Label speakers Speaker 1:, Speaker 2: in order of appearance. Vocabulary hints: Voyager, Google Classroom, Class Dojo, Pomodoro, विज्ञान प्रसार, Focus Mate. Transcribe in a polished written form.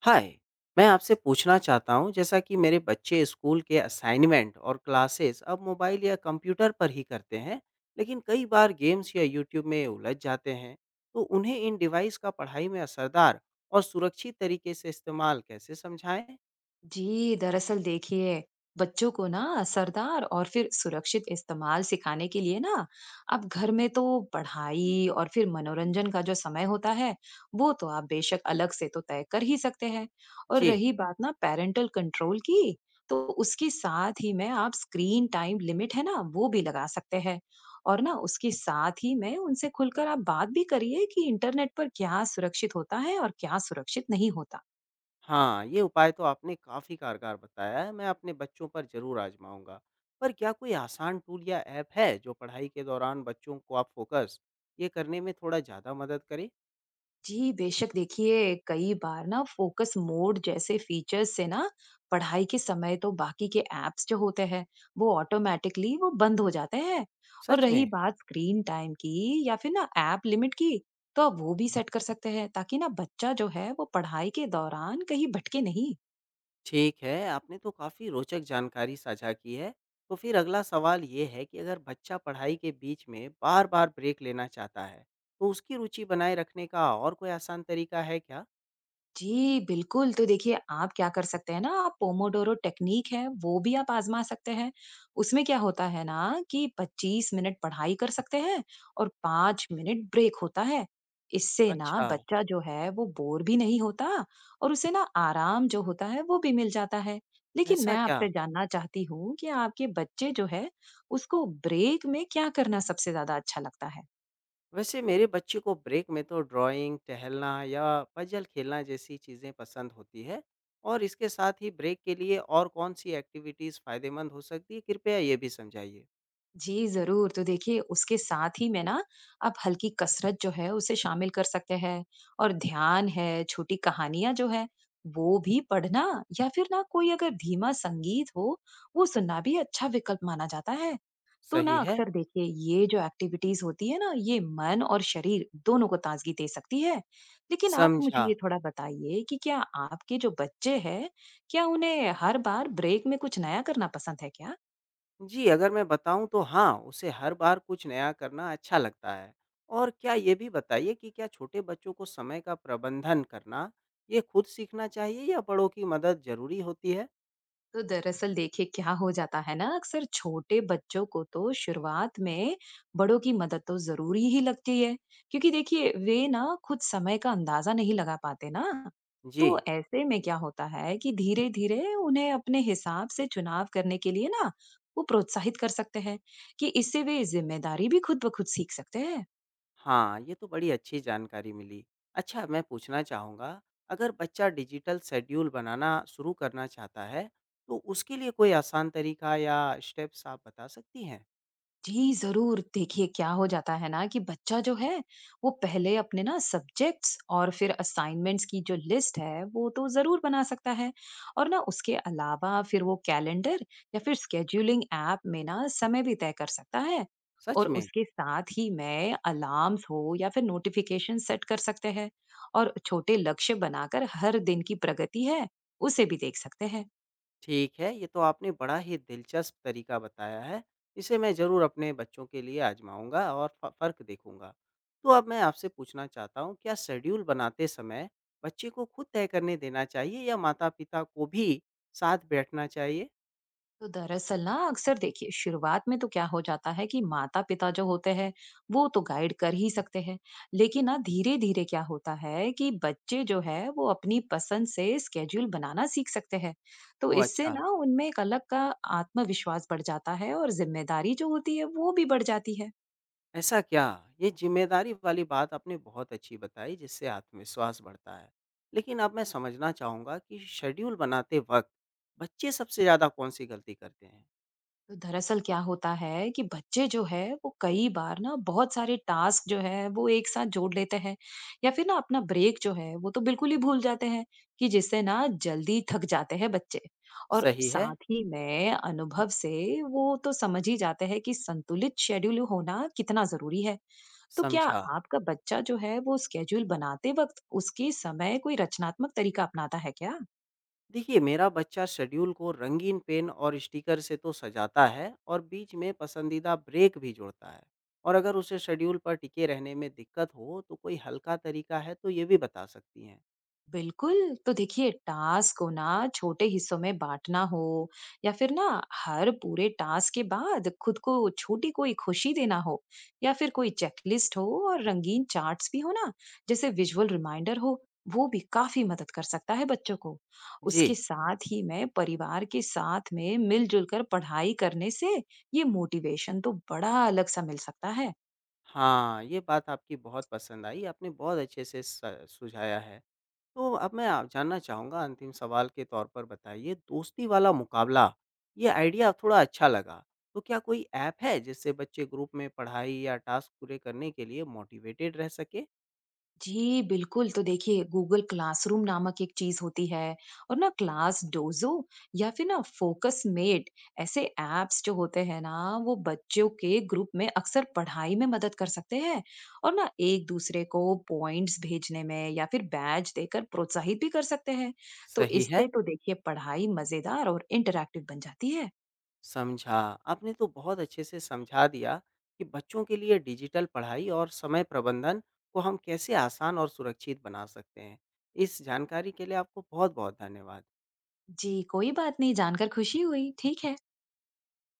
Speaker 1: हाय। मैं आपसे पूछना चाहता हूँ जैसा कि मेरे बच्चे स्कूल के असाइनमेंट और क्लासेस अब मोबाइल या कंप्यूटर पर ही करते हैं, लेकिन कई बार गेम्स या यूट्यूब में उलझ जाते हैं। तो उन्हें इन डिवाइस का पढ़ाई में असरदार और सुरक्षित तरीके से इस्तेमाल कैसे समझाएं?
Speaker 2: जी दरअसल देखिए। बच्चों को ना असरदार और फिर सुरक्षित इस्तेमाल सिखाने के लिए ना, अब घर में तो पढ़ाई और फिर मनोरंजन का जो समय होता है, वो तो आप बेशक अलग से तो तय कर ही सकते हैं। और
Speaker 1: जी।
Speaker 2: रही बात ना पेरेंटल कंट्रोल की, तो उसके साथ ही में आप स्क्रीन टाइम लिमिट है ना, वो भी लगा सकते हैं। और ना उसके साथ ही में उनसे खुलकर आप बात भी करिए कि इंटरनेट पर क्या सुरक्षित होता है और क्या सुरक्षित नहीं होता।
Speaker 1: हाँ, ये उपाय तो आपने काफ़ी कारगर बताया है, मैं अपने बच्चों पर ज़रूर आजमाऊंगा। पर क्या कोई आसान टूल या ऐप है जो पढ़ाई के दौरान बच्चों को आप फोकस ये करने में थोड़ा ज़्यादा मदद करे?
Speaker 2: जी, बेशक देखिए कई बार ना फोकस मोड जैसे फीचर्स से ना पढ़ाई के समय तो बाकी के ऐप्स जो होते हैं, वो ऑटोमेटिकली वो बंद हो जाते हैं। और
Speaker 1: सच
Speaker 2: रही
Speaker 1: में।
Speaker 2: बात स्क्रीन टाइम की या फिर ना ऐप लिमिट की, तो आप वो भी सेट कर सकते हैं ताकि ना बच्चा जो है वो पढ़ाई के दौरान कहीं भटके नहीं।
Speaker 1: ठीक है, आपने तो काफ़ी रोचक जानकारी साझा की है। तो फिर अगला सवाल ये है कि अगर बच्चा पढ़ाई के बीच में बार-बार ब्रेक लेना चाहता है, तो उसकी रुचि बनाए रखने का और कोई आसान तरीका है क्या?
Speaker 2: जी, बिल्कुल। तो देखिए, आप क्या कर सकते हैं ना, आप पोमोडोरो टेक्नीक है, वो भी आप आज़मा सकते हैं। उसमें क्या होता है ना कि 25 मिनट पढ़ाई कर सकते हैं और 5 मिनट ब्रेक होता है। इससे ना
Speaker 1: अच्छा।
Speaker 2: बच्चा जो है, वो बोर भी नहीं होता, और उसे ना आराम जो होता है, वो भी मिल जाता है। लेकिन
Speaker 1: ऐसा
Speaker 2: मैं
Speaker 1: क्या?
Speaker 2: आपसे जानना चाहती हूँ कि आपके बच्चे जो है, उसको ब्रेक में क्या करना सबसे ज़्यादा अच्छा लगता है?
Speaker 1: वैसे मेरे बच्चे को ब्रेक में तो ड्राइंग, टहलना या पजल खेलना जैसी चीज़ें पसंद होती है। और इसके साथ ही ब्रेक के लिए और कौन-सी एक्टिविटीज़ फ़ायदेमंद हो सकती है, कृपया ये भी समझाइए।
Speaker 2: जी, ज़रूर। तो देखिए उसके साथ ही में ना आप हल्की कसरत जो है उसे शामिल कर सकते हैं, और ध्यान है, छोटी कहानियाँ जो है वो भी पढ़ना, या फिर ना कोई अगर धीमा संगीत हो, वो सुनना भी अच्छा विकल्प माना जाता है। तो ना
Speaker 1: सही है।
Speaker 2: अक्सर देखिए ये जो एक्टिविटीज़ होती है ना, ये मन और शरीर दोनों को ताज़गी दे सकती है। लेकिन आप मुझे
Speaker 1: समझा।
Speaker 2: ये थोड़ा बताइए कि क्या आपके जो बच्चे हैं, क्या उन्हें हर बार ब्रेक में कुछ नया करना पसंद है क्या?
Speaker 1: जी, अगर मैं बताऊँ तो हाँ, उसे हर बार कुछ नया करना अच्छा लगता है। और क्या ये भी बताइए कि क्या छोटे बच्चों को समय का प्रबंधन करना, ये खुद सीखना चाहिए या बड़ों की मदद ज़रूरी होती है?
Speaker 2: तो दरअसल देखिए क्या हो जाता है ना, अक्सर छोटे बच्चों को तो शुरुआत में बड़ों की मदद तो जरूरी ही लगती है, क्योंकि देखिए वे ना खुद समय का अंदाजा नहीं लगा पाते ना।
Speaker 1: जी।
Speaker 2: तो ऐसे में क्या होता है कि धीरे धीरे उन्हें अपने हिसाब से चुनाव करने के लिए ना वो प्रोत्साहित कर सकते हैं, कि इससे वे जिम्मेदारी भी खुद ब खुद सीख सकते हैं।
Speaker 1: हाँ, ये तो बड़ी अच्छी जानकारी मिली। अच्छा, मैं पूछना चाहूँगा, अगर बच्चा डिजिटल शेड्यूल बनाना शुरू करना चाहता है, तो उसके लिए कोई आसान तरीका या स्टेप्स आप बता सकती हैं?
Speaker 2: जी, ज़रूर। देखिए, क्या हो जाता है ना कि बच्चा जो है, वो पहले अपने ना सब्जेक्ट्स और फिर असाइनमेंट्स की जो लिस्ट है, वो तो ज़रूर बना सकता है। और ना उसके अलावा फिर वो कैलेंडर या फिर शेड्यूलिंग ऐप में ना समय भी तय कर सकता है।
Speaker 1: सच
Speaker 2: और
Speaker 1: में?
Speaker 2: उसके साथ ही में अलार्म्स हो या फिर नोटिफ़िकेशन सेट कर सकते हैं। और छोटे लक्ष्य बनाकर हर दिन की प्रगति है, उसे भी देख सकते हैं।
Speaker 1: ठीक है, ये तो आपने बड़ा ही दिलचस्प तरीका बताया है। इसे मैं ज़रूर अपने बच्चों के लिए आज़माऊँगा और फ फ़र्क देखूँगा। तो अब मैं आपसे पूछना चाहता हूँ, क्या शेड्यूल बनाते समय बच्चे को खुद तय करने देना चाहिए या माता-पिता को भी साथ बैठना चाहिए?
Speaker 2: तो दरअसल ना अक्सर देखिए शुरुआत में तो क्या हो जाता है कि माता पिता जो होते हैं वो तो गाइड कर ही सकते हैं, लेकिन ना धीरे धीरे क्या होता है कि बच्चे जो है वो अपनी पसंद से स्केड्यूल बनाना सीख सकते हैं। तो
Speaker 1: ओह
Speaker 2: इससे
Speaker 1: अच्छा।
Speaker 2: ना उनमें एक अलग का आत्मविश्वास बढ़ जाता है और जिम्मेदारी जो होती है वो भी बढ़ जाती है।
Speaker 1: ऐसा क्या? ये ज़िम्मेदारी वाली बात आपने बहुत अच्छी बताई, जिससे आत्मविश्वास बढ़ता है। लेकिन अब मैं समझना चाहूँगा कि शेड्यूल बनाते वक़्त बच्चे सबसे ज़्यादा कौन-सी गलती करते हैं?
Speaker 2: तो दरअसल क्या होता है कि बच्चे जो है वो कई बार ना बहुत सारे टास्क जो है वो एक साथ जोड़ लेते हैं, या फिर ना अपना ब्रेक जो है वो तो बिल्कुल ही भूल जाते हैं, कि जिससे ना जल्दी थक जाते हैं बच्चे। और
Speaker 1: सही है।
Speaker 2: साथ ही में अनुभव से वो तो समझ ही जाते हैं कि संतुलित शेड्यूल होना कितना जरूरी है। तो क्या
Speaker 1: समझा।
Speaker 2: आपका बच्चा जो है वो स्केड्यूल बनाते वक्त उसके समय कोई रचनात्मक तरीका अपनाता है क्या?
Speaker 1: देखिए, मेरा बच्चा शेड्यूल को रंगीन पेन और स्टिकर से तो सजाता है और बीच में पसंदीदा ब्रेक भी जोड़ता है। और अगर उसे शेड्यूल पर टिके रहने में दिक्कत हो तो कोई हल्का तरीका है तो ये भी बता सकती हैं।
Speaker 2: बिल्कुल, तो देखिए टास्क को ना छोटे हिस्सों में बाँटना हो, या फिर ना हर पूरे टास्क के बाद खुद को छोटी कोई खुशी देना हो, या फिर कोई चेकलिस्ट हो और रंगीन चार्ट्स भी हो ना, जैसे विजुअल रिमाइंडर हो, वो भी काफ़ी मदद कर सकता है बच्चों को।
Speaker 1: जी।
Speaker 2: उसके साथ ही में परिवार के साथ में मिल-जुल कर पढ़ाई करने से ये मोटिवेशन तो बड़ा अलग-सा मिल सकता है।
Speaker 1: हाँ, ये बात आपकी बहुत पसंद आई, आपने बहुत अच्छे से सुझाया है। तो अब मैं आप जानना चाहूँगा, अंतिम सवाल के तौर पर बताइए, दोस्ती वाला मुकाबला, ये आइडिया थोड़ा अच्छा लगा। तो क्या कोई ऐप है जिससे बच्चे ग्रुप में पढ़ाई या टास्क पूरे करने के लिए मोटिवेटेड रह सके?
Speaker 2: जी, बिल्कुल। तो देखिए गूगल क्लासरूम नामक एक चीज़ होती है, और ना क्लास डोज़ो या फिर ना फ़ोकस मेट, ऐसे ऐप्स जो होते हैं ना वो बच्चों के ग्रुप में अक्सर पढ़ाई में मदद कर सकते हैं, और ना एक दूसरे को पॉइंट्स भेजने में या फिर बैज देकर प्रोत्साहित भी कर सकते हैं। तो
Speaker 1: सही है।
Speaker 2: इससे तो देखिए पढ़ाई मज़ेदार और इंटरैक्टिव बन जाती है।
Speaker 1: समझा। आपने तो बहुत अच्छे से समझा दिया कि बच्चों के लिए डिजिटल पढ़ाई और समय प्रबंधन को हम कैसे आसान और सुरक्षित बना सकते हैं। इस जानकारी के लिए आपको बहुत-बहुत धन्यवाद।
Speaker 2: जी, कोई बात नहीं, जानकर खुशी हुई। ठीक है।